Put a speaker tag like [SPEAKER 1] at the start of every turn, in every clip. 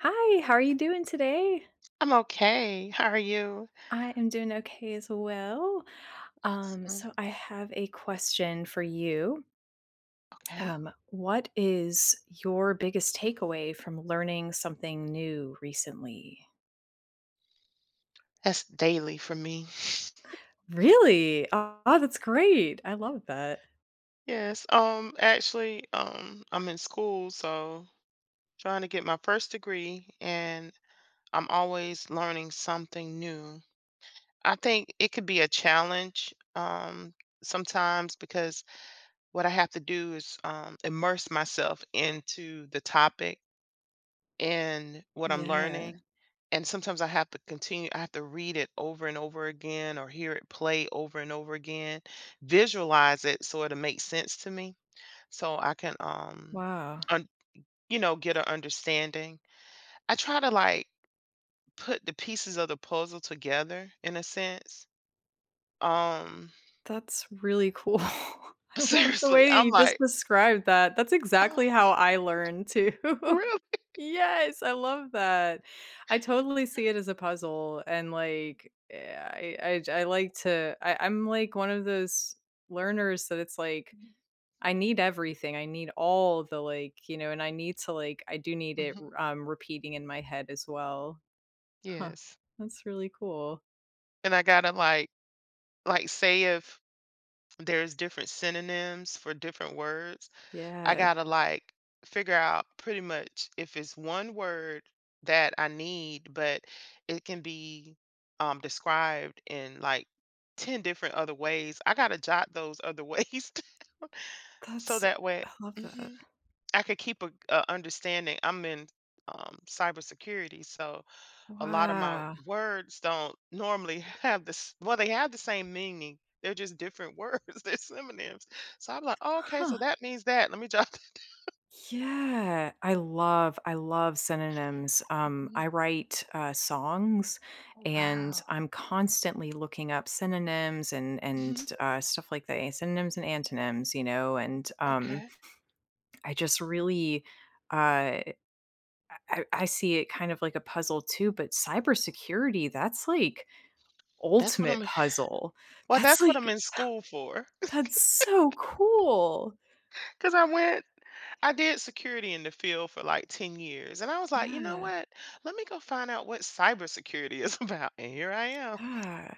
[SPEAKER 1] Hi, how are you doing today?
[SPEAKER 2] I'm okay. How are you?
[SPEAKER 1] I am doing okay as well. Um,
[SPEAKER 2] Awesome.
[SPEAKER 1] so I have a question for you.
[SPEAKER 2] Okay.
[SPEAKER 1] What is your biggest takeaway from learning something new recently?
[SPEAKER 2] That's daily for me.
[SPEAKER 1] Really? Oh, that's great. I love that.
[SPEAKER 2] Yes. I'm in school, so trying to get my first degree, and I'm always learning something new. I think it could be a challenge, sometimes because what I have to do is immerse myself into the topic in what I'm
[SPEAKER 1] Yeah.
[SPEAKER 2] learning. And sometimes I have to read it over and over again or hear it play over and over again, visualize it so it'll make sense to me so I can,
[SPEAKER 1] Wow.
[SPEAKER 2] un- get an understanding. I try to like put the pieces of the puzzle together in a sense. Um,
[SPEAKER 1] That's really cool. I love the
[SPEAKER 2] seriously,
[SPEAKER 1] way that
[SPEAKER 2] I'm
[SPEAKER 1] you just
[SPEAKER 2] like,
[SPEAKER 1] described that. That's
[SPEAKER 2] oh,
[SPEAKER 1] exactly how I learn too.
[SPEAKER 2] really?
[SPEAKER 1] Yes, I love that. I totally see it as a puzzle and I like to, I'm like one of those learners that it's like I need everything. I need all the, and I need to like I do need it
[SPEAKER 2] Hmm.
[SPEAKER 1] repeating in my head as well. Huh.
[SPEAKER 2] Yes.
[SPEAKER 1] That's really cool.
[SPEAKER 2] And I gotta like say if there's different synonyms for different words, I
[SPEAKER 1] Yeah.
[SPEAKER 2] gotta like figure out pretty much if it's one word that I need, but it can be described in like 10 different other ways. I gotta jot those other ways. So
[SPEAKER 1] That's
[SPEAKER 2] that way
[SPEAKER 1] I love that.
[SPEAKER 2] mhm, I could keep a understanding. I'm in cybersecurity, so a lot of my
[SPEAKER 1] Wow.
[SPEAKER 2] words don't normally have this, well, they have the same meaning. They're just different words. They're synonyms. So I'm like, oh, okay, so
[SPEAKER 1] Huh.
[SPEAKER 2] that means that. Let me jot.
[SPEAKER 1] Yeah, I love synonyms. I write songs,
[SPEAKER 2] Oh,
[SPEAKER 1] and
[SPEAKER 2] wow.
[SPEAKER 1] I'm constantly looking up synonyms and and
[SPEAKER 2] Mhm.
[SPEAKER 1] uh, stuff like that, synonyms and antonyms, you know. And
[SPEAKER 2] Okay.
[SPEAKER 1] I just really, uh, I see it kind of like a puzzle too. But cybersecurity, that's like
[SPEAKER 2] That's what
[SPEAKER 1] ultimate
[SPEAKER 2] I'm
[SPEAKER 1] puzzle.
[SPEAKER 2] Well,
[SPEAKER 1] That's
[SPEAKER 2] that's what I'm
[SPEAKER 1] like
[SPEAKER 2] in school for.
[SPEAKER 1] that's so cool.
[SPEAKER 2] Cause I went I did security in the field for, like, 10 years, and I was like, "You know
[SPEAKER 1] Yeah,
[SPEAKER 2] what? Let me go find out what cybersecurity is about," and here I am.
[SPEAKER 1] yeah,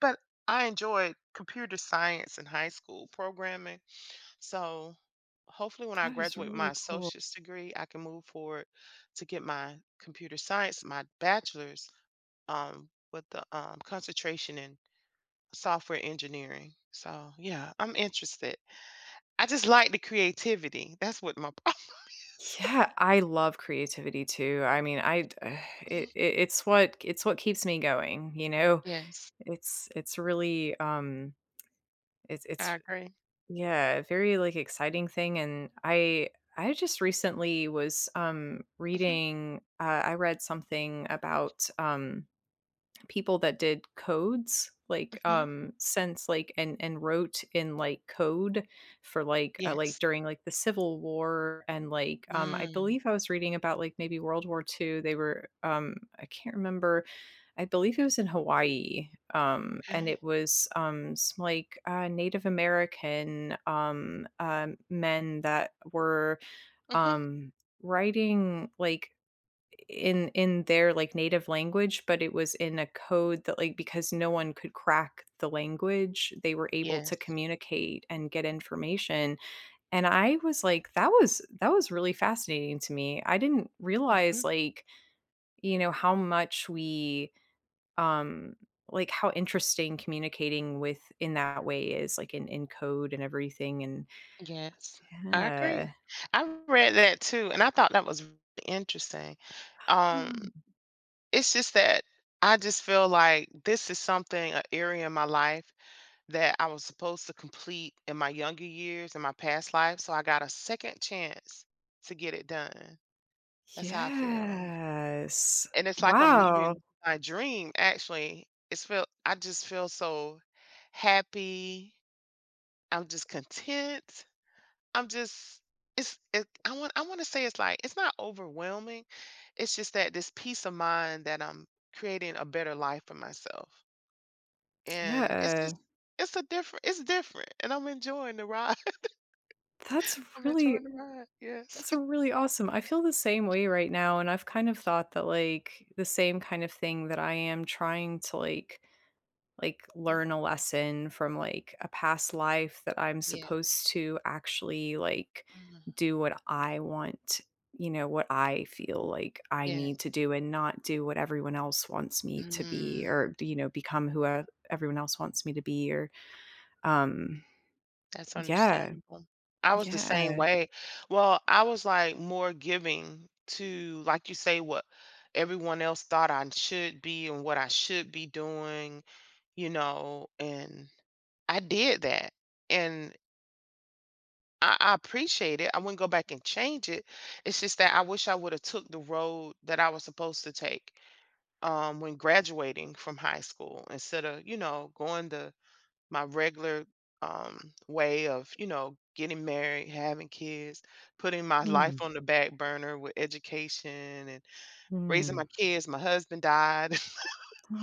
[SPEAKER 2] But I enjoyed computer science in high school programming, so hopefully when I
[SPEAKER 1] that is
[SPEAKER 2] graduate with my
[SPEAKER 1] really cool.
[SPEAKER 2] associate's degree, I can move forward to get my computer science, my bachelor's, with the concentration in software engineering. So, yeah, I'm interested. I just like the creativity. That's what my problem is.
[SPEAKER 1] Yeah, I love creativity too. I mean, I
[SPEAKER 2] Mhm.
[SPEAKER 1] it's what keeps me going, you know.
[SPEAKER 2] Yes,
[SPEAKER 1] It's really
[SPEAKER 2] I
[SPEAKER 1] it's
[SPEAKER 2] agree.
[SPEAKER 1] yeah, a very like exciting thing and I just recently was
[SPEAKER 2] Mhm,
[SPEAKER 1] reading I read something about people that did codes,
[SPEAKER 2] mhm.
[SPEAKER 1] since, like and wrote in, like, code for,
[SPEAKER 2] Yes.
[SPEAKER 1] during, like, the Civil War and, like, I
[SPEAKER 2] Mm,
[SPEAKER 1] believe I was reading about, like, maybe World War Two. They were, I can't remember, I believe it was in Hawaii, and
[SPEAKER 2] okay.
[SPEAKER 1] it was, s like, Native American, men that were,
[SPEAKER 2] Mhm.
[SPEAKER 1] um, writing, like in their, like, native language, but it was in a code that, like because no one could crack the language, they were able to
[SPEAKER 2] Yes.
[SPEAKER 1] communicate and get information, and I was like, "That was really fascinating to me." I didn't
[SPEAKER 2] Mhm.
[SPEAKER 1] realize, like, you know, how much we, um like, how interesting communicating with in that way is, like, in code and everything, and
[SPEAKER 2] Yes. I agree.
[SPEAKER 1] yeah.
[SPEAKER 2] I read that too, and I thought that was really interesting. Um,
[SPEAKER 1] Um
[SPEAKER 2] it's just that I just feel like this is something, an area in my life that I was supposed to complete in my younger years in my past life, so I got a second chance to get it done. That's how I feel,
[SPEAKER 1] Yes.
[SPEAKER 2] and it's like I'm
[SPEAKER 1] Wow.
[SPEAKER 2] living my dream, actually. It's feel I just feel so happy. I'm just content. I'm just it's it, I want to say it's like it's not overwhelming. It's just that this peace of mind that I'm creating a better life for myself. And it's
[SPEAKER 1] Yeah.
[SPEAKER 2] just it's different and I'm enjoying the ride.
[SPEAKER 1] That's
[SPEAKER 2] I'm enjoying the ride, yes.
[SPEAKER 1] really awesome. I feel the same way right now and I've kind of thought that like the same kind of thing that I am trying to like
[SPEAKER 2] Mm,
[SPEAKER 1] learn a lesson from like a past life that I'm
[SPEAKER 2] yes.
[SPEAKER 1] supposed to actually like
[SPEAKER 2] Mhm,
[SPEAKER 1] do what I want, you know, what I feel like I need to
[SPEAKER 2] yes.
[SPEAKER 1] do and not do what everyone else wants me to be
[SPEAKER 2] Mm,
[SPEAKER 1] or you know, become who everyone else wants me to be or um
[SPEAKER 2] that's
[SPEAKER 1] yeah.
[SPEAKER 2] understandable. I was the same
[SPEAKER 1] Yeah.
[SPEAKER 2] way. Well, I was, like, more giving to, like you say, what everyone else thought I should be and what I should be doing, you know, and I did that, and I appreciate it. I wouldn't go back and change it. It's just that I wish I woulda took the road that I was supposed to take. When graduating from high school instead of, you know, going the my regular um, way of, you know, getting married, having kids, putting my life
[SPEAKER 1] Hmm.
[SPEAKER 2] on the back burner with education and raising my
[SPEAKER 1] Hmm.
[SPEAKER 2] kids. My husband died.
[SPEAKER 1] Oh,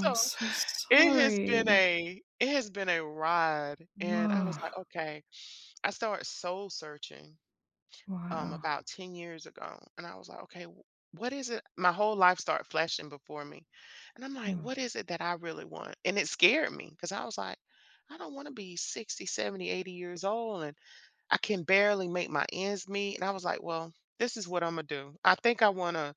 [SPEAKER 1] I'm so
[SPEAKER 2] it has been
[SPEAKER 1] sorry.
[SPEAKER 2] a it has been a ride, and I was like,
[SPEAKER 1] Oh,
[SPEAKER 2] okay, I started soul searching
[SPEAKER 1] wow.
[SPEAKER 2] about 10 years ago. And I was like, okay, what is it? My whole life started flashing before me. And I'm like,
[SPEAKER 1] Hmm.
[SPEAKER 2] what is it that I really want? And it scared me because I was like, I don't want to be 60, 70, 80 years old and I can barely make my ends meet. And I was like, well, this is what I'm going to do. I think I want to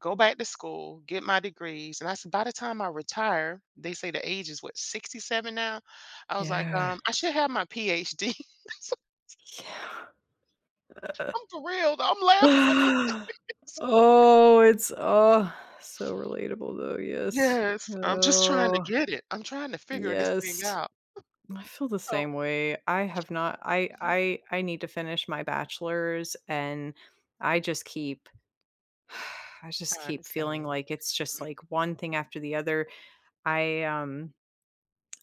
[SPEAKER 2] go back to school, get my degrees. And I said, by the time I retire, they say the age is what, 67 now? I was like,
[SPEAKER 1] Yeah.
[SPEAKER 2] I should have my PhD. I'm for real, though. I'm laughing, but I'm
[SPEAKER 1] Yeah.
[SPEAKER 2] serious.
[SPEAKER 1] Oh, it's oh, so relatable though, yes.
[SPEAKER 2] Yes, I'm just trying to
[SPEAKER 1] Oh,
[SPEAKER 2] get it. I'm trying to figure this thing
[SPEAKER 1] yes.
[SPEAKER 2] out.
[SPEAKER 1] I feel the
[SPEAKER 2] So
[SPEAKER 1] same way. I have not
[SPEAKER 2] mhm.
[SPEAKER 1] I need to finish my bachelor's and I just keep I just
[SPEAKER 2] I
[SPEAKER 1] keep feeling
[SPEAKER 2] understand.
[SPEAKER 1] like it's just like one thing after the other. I um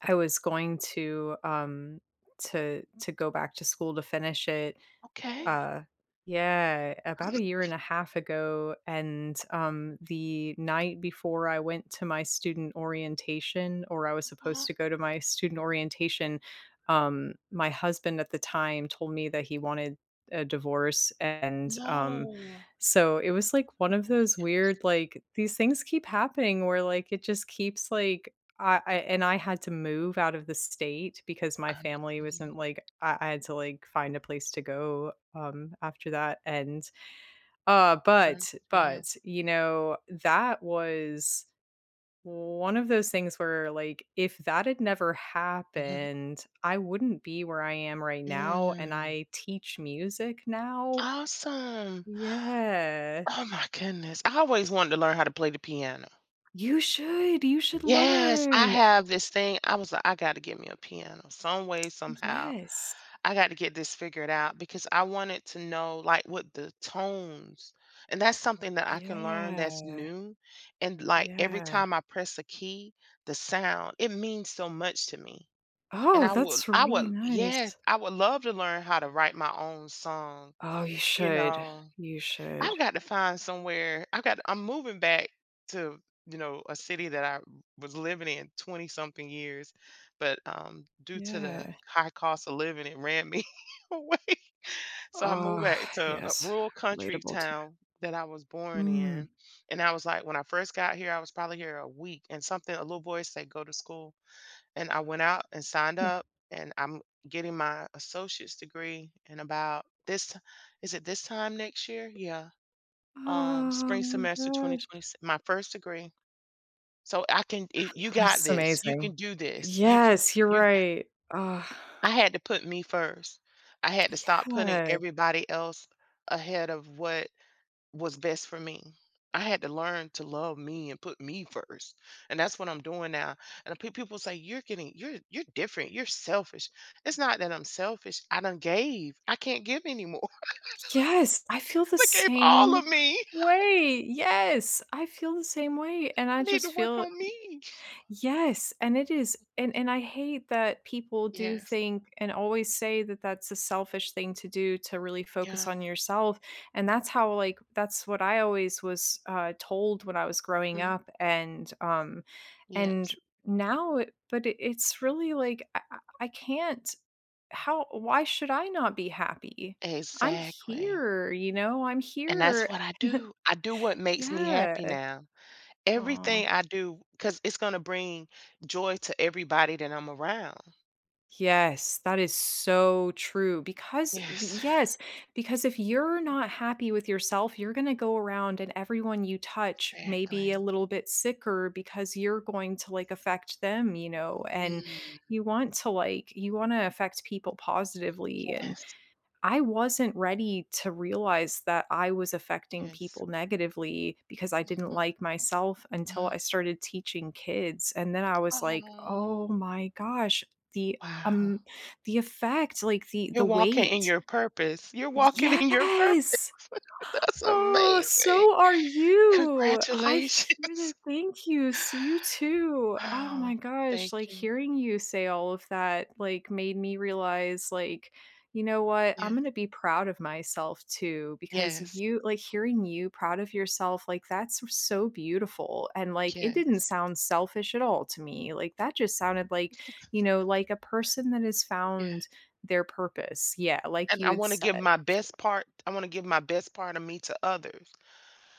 [SPEAKER 1] I was going to, to go back to school to finish it,
[SPEAKER 2] Okay.
[SPEAKER 1] uh, yeah, about a year and a half ago, and, the night before I went to my student orientation, or I was supposed
[SPEAKER 2] Uh,
[SPEAKER 1] to go to my student orientation, my husband at the time told me that he wanted a divorce, and,
[SPEAKER 2] no.
[SPEAKER 1] so it was, like, one of those weird, like these things keep happening where, like, it just keeps, like I and I had to move out of the state because my
[SPEAKER 2] I
[SPEAKER 1] family
[SPEAKER 2] understand.
[SPEAKER 1] wasn't, like I had to, like, find a place to go, after that, and
[SPEAKER 2] I
[SPEAKER 1] but
[SPEAKER 2] understand.
[SPEAKER 1] you know that was one of those things where like if that had never
[SPEAKER 2] Mhm.
[SPEAKER 1] happened, I wouldn't be where I am right now, and
[SPEAKER 2] Mm.
[SPEAKER 1] I teach music now.
[SPEAKER 2] Awesome.
[SPEAKER 1] Yeah,
[SPEAKER 2] Oh my goodness. I always wanted to learn how to play the piano.
[SPEAKER 1] you should
[SPEAKER 2] Yes, I
[SPEAKER 1] learn.
[SPEAKER 2] have this thing. I was like, I got to get me a piano some way, somehow.
[SPEAKER 1] Yes.
[SPEAKER 2] I got to get this figured out because I wanted to know like what the tones, and that's something that I can learn that's
[SPEAKER 1] Yeah.
[SPEAKER 2] new. And like every
[SPEAKER 1] Yeah.
[SPEAKER 2] time I press a key, the sound, it means so much to me. And
[SPEAKER 1] Oh, that's
[SPEAKER 2] I
[SPEAKER 1] really
[SPEAKER 2] would, yes,
[SPEAKER 1] nice.
[SPEAKER 2] I would love to learn how to write my own song,
[SPEAKER 1] Oh, you
[SPEAKER 2] you
[SPEAKER 1] should.
[SPEAKER 2] know.
[SPEAKER 1] You should.
[SPEAKER 2] I've got to find somewhere. I'm moving back to, you know, a city that I was living in 20 something years, but due to the
[SPEAKER 1] Yeah.
[SPEAKER 2] high cost of living, it ran me away. So I moved
[SPEAKER 1] Oh
[SPEAKER 2] back to a
[SPEAKER 1] yes,
[SPEAKER 2] rural country
[SPEAKER 1] relatable too.
[SPEAKER 2] town that I was born
[SPEAKER 1] Mm.
[SPEAKER 2] in. And I was like, when I first got here, I was probably here a week and something, a little boy said, go to school. And I went out and signed up and I'm getting my associate's degree in about this, is it this time next year? Yeah,
[SPEAKER 1] Oh
[SPEAKER 2] spring
[SPEAKER 1] my
[SPEAKER 2] semester
[SPEAKER 1] gosh,
[SPEAKER 2] 2026, my first degree. So you got
[SPEAKER 1] that's
[SPEAKER 2] this. You
[SPEAKER 1] amazing.
[SPEAKER 2] can do this.
[SPEAKER 1] Yes, you're
[SPEAKER 2] You,
[SPEAKER 1] right. Ugh,
[SPEAKER 2] I had to put me first. I had to stop putting
[SPEAKER 1] yeah.
[SPEAKER 2] everybody else ahead of what was best for me. I had to learn to love me and put me first. And that's what I'm doing now. And people say, you're different. You're selfish. It's not that I'm selfish. I done gave. I can't give anymore.
[SPEAKER 1] Yes, I feel the
[SPEAKER 2] I gave all
[SPEAKER 1] same
[SPEAKER 2] of me.
[SPEAKER 1] way. Yes, I feel the same way, and I
[SPEAKER 2] I need to
[SPEAKER 1] just
[SPEAKER 2] work
[SPEAKER 1] feel
[SPEAKER 2] on me.
[SPEAKER 1] Yes, and it is and and I hate that people do
[SPEAKER 2] Yes.
[SPEAKER 1] think and always say that that's a selfish thing to do to really focus
[SPEAKER 2] Yeah.
[SPEAKER 1] on yourself, and that's how, like that's what I always was, told when I was growing
[SPEAKER 2] Mhm.
[SPEAKER 1] up,
[SPEAKER 2] Yes,
[SPEAKER 1] and now it but it it's really, like, I can't how why should I not be happy? I'm
[SPEAKER 2] exactly,
[SPEAKER 1] here, you know? I'm
[SPEAKER 2] and that's
[SPEAKER 1] here.
[SPEAKER 2] what I do. I do what makes me happy
[SPEAKER 1] Yeah.
[SPEAKER 2] now.
[SPEAKER 1] Aw.
[SPEAKER 2] Everything I do, because it's gonna bring joy to everybody that I'm around.
[SPEAKER 1] Yes, that is so true because b
[SPEAKER 2] Yes,
[SPEAKER 1] yes, because if you're not happy with yourself, you're gonna go around and everyone you touch may be a
[SPEAKER 2] exactly.
[SPEAKER 1] little bit sicker because you're going to, like, affect them, you know, and
[SPEAKER 2] Mm,
[SPEAKER 1] you want to, you wanna affect people positively and
[SPEAKER 2] yes,
[SPEAKER 1] I wasn't ready to realize that I was affecting
[SPEAKER 2] yes.
[SPEAKER 1] people negatively because I didn't
[SPEAKER 2] Mhm,
[SPEAKER 1] like myself until
[SPEAKER 2] mhm.
[SPEAKER 1] I started teaching kids, and then I was like,
[SPEAKER 2] Aw.
[SPEAKER 1] "Oh my gosh, the
[SPEAKER 2] Wow.
[SPEAKER 1] um, the effect, like,
[SPEAKER 2] You're
[SPEAKER 1] the
[SPEAKER 2] walking in
[SPEAKER 1] weight."
[SPEAKER 2] your purpose. You're walking in your purpose.
[SPEAKER 1] Yes!
[SPEAKER 2] That's
[SPEAKER 1] Oh,
[SPEAKER 2] amazing.
[SPEAKER 1] so are you. I hear the
[SPEAKER 2] Congratulations.
[SPEAKER 1] thank yous. You too. Oh my
[SPEAKER 2] Wow.
[SPEAKER 1] gosh,
[SPEAKER 2] Thank
[SPEAKER 1] like
[SPEAKER 2] you.
[SPEAKER 1] hearing you say all of that like made me realize like you know what?
[SPEAKER 2] Yeah.
[SPEAKER 1] I'm going to be proud of myself too because
[SPEAKER 2] Yes,
[SPEAKER 1] you like hearing you proud of yourself like that's so beautiful and like it didn't
[SPEAKER 2] yes,
[SPEAKER 1] sound selfish at all to me. Like that just sounded like, you know, like a person that has found
[SPEAKER 2] yes.
[SPEAKER 1] their purpose. Yeah, like
[SPEAKER 2] And
[SPEAKER 1] you had said.
[SPEAKER 2] I wanna give my best part of me to others,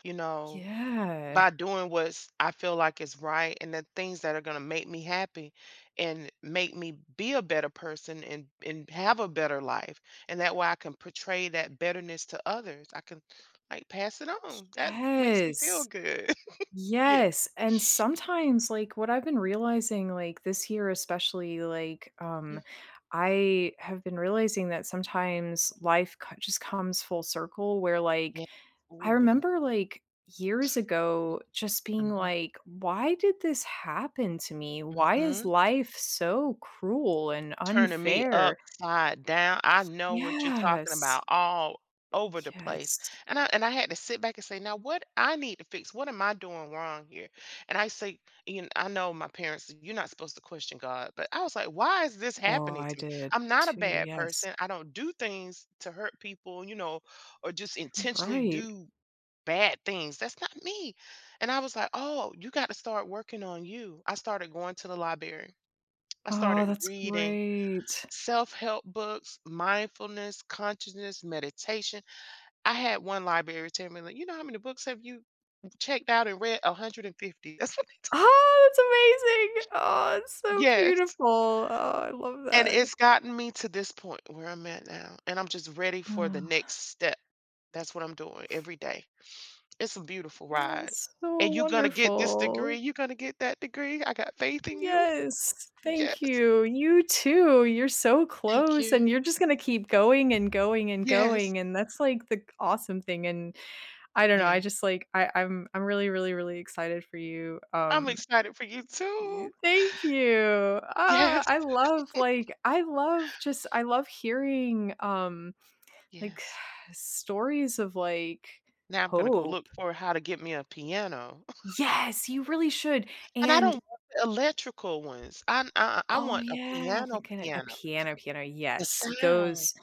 [SPEAKER 2] you know,
[SPEAKER 1] Yeah.
[SPEAKER 2] by doing what's I feel like is right and the things that are gonna make me happy and make me be a better person and have a better life, and that way I can portray that betterness to others. I can, like, pass it on. That makes me feel
[SPEAKER 1] Yes.
[SPEAKER 2] good. Yeah.
[SPEAKER 1] Yes, and sometimes, like, what I've been realizing, like, this year especially, like,
[SPEAKER 2] Mhm.
[SPEAKER 1] I have been realizing that sometimes life c just comes full circle where, like,
[SPEAKER 2] Yeah.
[SPEAKER 1] I
[SPEAKER 2] Ooh.
[SPEAKER 1] remember, like, years ago just being
[SPEAKER 2] Mhm.
[SPEAKER 1] like, "Why did this happen to me? Why is
[SPEAKER 2] Mhm.
[SPEAKER 1] life so cruel and
[SPEAKER 2] Turning me
[SPEAKER 1] unfair?"
[SPEAKER 2] upside down. I know what you're talking
[SPEAKER 1] Yes.
[SPEAKER 2] about, all over the place.
[SPEAKER 1] Yes.
[SPEAKER 2] And I had to sit back and say, now what I need to fix, what am I doing wrong here? And I say, you know, I know my parents, you're not supposed to question God, but I was like, why is this
[SPEAKER 1] Oh,
[SPEAKER 2] happening
[SPEAKER 1] I
[SPEAKER 2] to me?
[SPEAKER 1] did
[SPEAKER 2] I'm not a
[SPEAKER 1] too,
[SPEAKER 2] bad
[SPEAKER 1] yes.
[SPEAKER 2] person. I don't do things to hurt people, you know, or just intentionally
[SPEAKER 1] Right.
[SPEAKER 2] do bad things. That's not me. And I was like, oh, you got to start working on you. I started going to the library. I
[SPEAKER 1] Oh,
[SPEAKER 2] started
[SPEAKER 1] that's
[SPEAKER 2] reading
[SPEAKER 1] great.
[SPEAKER 2] self-help books, mindfulness, consciousness, meditation. I had one library tell me, like, you know how many books have you checked out and read? 150. That's what
[SPEAKER 1] Oh, that's amazing. Oh, it's so
[SPEAKER 2] yes.
[SPEAKER 1] beautiful. Oh, I love
[SPEAKER 2] And
[SPEAKER 1] that.
[SPEAKER 2] it's gotten me to this point where I'm at now. And I'm just ready for the
[SPEAKER 1] Ah.
[SPEAKER 2] next step. That's what I'm doing every day. It's a beautiful ride.
[SPEAKER 1] It's so
[SPEAKER 2] And you're gonna get this degree,
[SPEAKER 1] wonderful.
[SPEAKER 2] you're gonna get that degree. I got faith in you.
[SPEAKER 1] Yes.
[SPEAKER 2] Yes.
[SPEAKER 1] Thank you. You too. You're so
[SPEAKER 2] Thank
[SPEAKER 1] close
[SPEAKER 2] you.
[SPEAKER 1] and you're just gonna keep going and going and
[SPEAKER 2] Yes.
[SPEAKER 1] going, and that's, like, the awesome thing, and I don't know, I
[SPEAKER 2] Yes.
[SPEAKER 1] just, like I'm really, really excited for you,
[SPEAKER 2] I'm excited for you
[SPEAKER 1] Y
[SPEAKER 2] too.
[SPEAKER 1] thank you. Ah,
[SPEAKER 2] Yes.
[SPEAKER 1] I love, like I love hearing, like,
[SPEAKER 2] Yes.
[SPEAKER 1] stories of, like,
[SPEAKER 2] Now I'm gonna go look
[SPEAKER 1] hope.
[SPEAKER 2] for how to get me a piano.
[SPEAKER 1] Yes, you really should,
[SPEAKER 2] And I
[SPEAKER 1] and
[SPEAKER 2] don't want the electrical ones. I
[SPEAKER 1] Oh,
[SPEAKER 2] want a
[SPEAKER 1] yeah,
[SPEAKER 2] piano
[SPEAKER 1] like a
[SPEAKER 2] piano.
[SPEAKER 1] piano piano,
[SPEAKER 2] The
[SPEAKER 1] yes,
[SPEAKER 2] sound.
[SPEAKER 1] those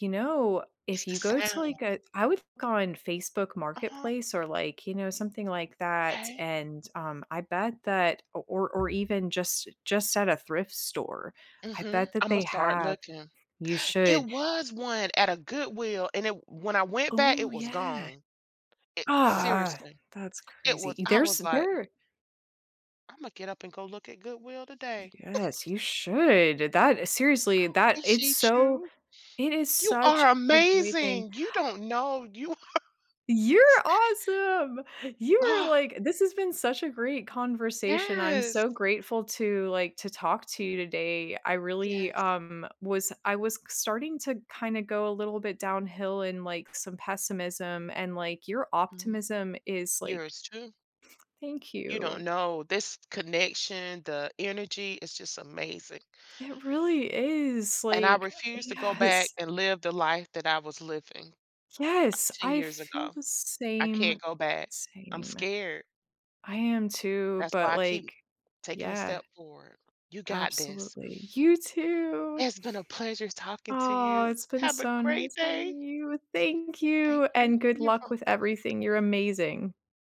[SPEAKER 1] you know,
[SPEAKER 2] It's
[SPEAKER 1] if
[SPEAKER 2] the
[SPEAKER 1] you go to,
[SPEAKER 2] sound.
[SPEAKER 1] like, a I would look on Facebook
[SPEAKER 2] Uh-huh,
[SPEAKER 1] Marketplace or, like, you know, something like that,
[SPEAKER 2] okay.
[SPEAKER 1] and, I bet that or even just at a thrift store, I
[SPEAKER 2] Mhm.
[SPEAKER 1] bet that
[SPEAKER 2] Imma
[SPEAKER 1] they
[SPEAKER 2] start
[SPEAKER 1] have
[SPEAKER 2] looking.
[SPEAKER 1] you
[SPEAKER 2] It
[SPEAKER 1] should
[SPEAKER 2] was one at a Goodwill, and it when I went back, it
[SPEAKER 1] Oh,
[SPEAKER 2] was
[SPEAKER 1] yeah.
[SPEAKER 2] gone. It
[SPEAKER 1] Ah,
[SPEAKER 2] seriously.
[SPEAKER 1] that's
[SPEAKER 2] It was
[SPEAKER 1] crazy.
[SPEAKER 2] I
[SPEAKER 1] There's
[SPEAKER 2] was like,
[SPEAKER 1] there
[SPEAKER 2] "Imma get up and go look at Goodwill today."
[SPEAKER 1] Yes, you should. That seriously, that it's
[SPEAKER 2] Appreciate
[SPEAKER 1] so
[SPEAKER 2] you.
[SPEAKER 1] it is
[SPEAKER 2] You
[SPEAKER 1] such
[SPEAKER 2] are
[SPEAKER 1] a great thing
[SPEAKER 2] amazing. You don't know. You
[SPEAKER 1] You're awesome. You are
[SPEAKER 2] Oh,
[SPEAKER 1] like this has been such a great conversation. I'm
[SPEAKER 2] yes.
[SPEAKER 1] so grateful to like to talk to you today. I really
[SPEAKER 2] Yes.
[SPEAKER 1] was I was starting to kind of go a little bit downhill in like some pessimism and like your
[SPEAKER 2] Mhm.
[SPEAKER 1] optimism is like
[SPEAKER 2] Yours too.
[SPEAKER 1] thank
[SPEAKER 2] You
[SPEAKER 1] you.
[SPEAKER 2] don't know. This connection, the energy is just amazing.
[SPEAKER 1] It really is
[SPEAKER 2] And I
[SPEAKER 1] like
[SPEAKER 2] refuse to go back
[SPEAKER 1] yes.
[SPEAKER 2] and live the life that I was living
[SPEAKER 1] Yes,
[SPEAKER 2] 10
[SPEAKER 1] I
[SPEAKER 2] years
[SPEAKER 1] feel
[SPEAKER 2] ago.
[SPEAKER 1] the
[SPEAKER 2] I can't go back. I'm
[SPEAKER 1] same.
[SPEAKER 2] scared.
[SPEAKER 1] I am too,
[SPEAKER 2] That's why
[SPEAKER 1] but
[SPEAKER 2] I keep
[SPEAKER 1] like
[SPEAKER 2] taking a
[SPEAKER 1] yeah.
[SPEAKER 2] step forward. You got this.
[SPEAKER 1] Absolutely. You too.
[SPEAKER 2] It's been a pleasure talking to
[SPEAKER 1] Oh,
[SPEAKER 2] you.
[SPEAKER 1] it's been
[SPEAKER 2] Have a
[SPEAKER 1] so
[SPEAKER 2] great
[SPEAKER 1] nice
[SPEAKER 2] day.
[SPEAKER 1] talking to you. Thank
[SPEAKER 2] Thank
[SPEAKER 1] you,
[SPEAKER 2] you.
[SPEAKER 1] and good
[SPEAKER 2] You're
[SPEAKER 1] luck with
[SPEAKER 2] welcome.
[SPEAKER 1] everything. You're amazing.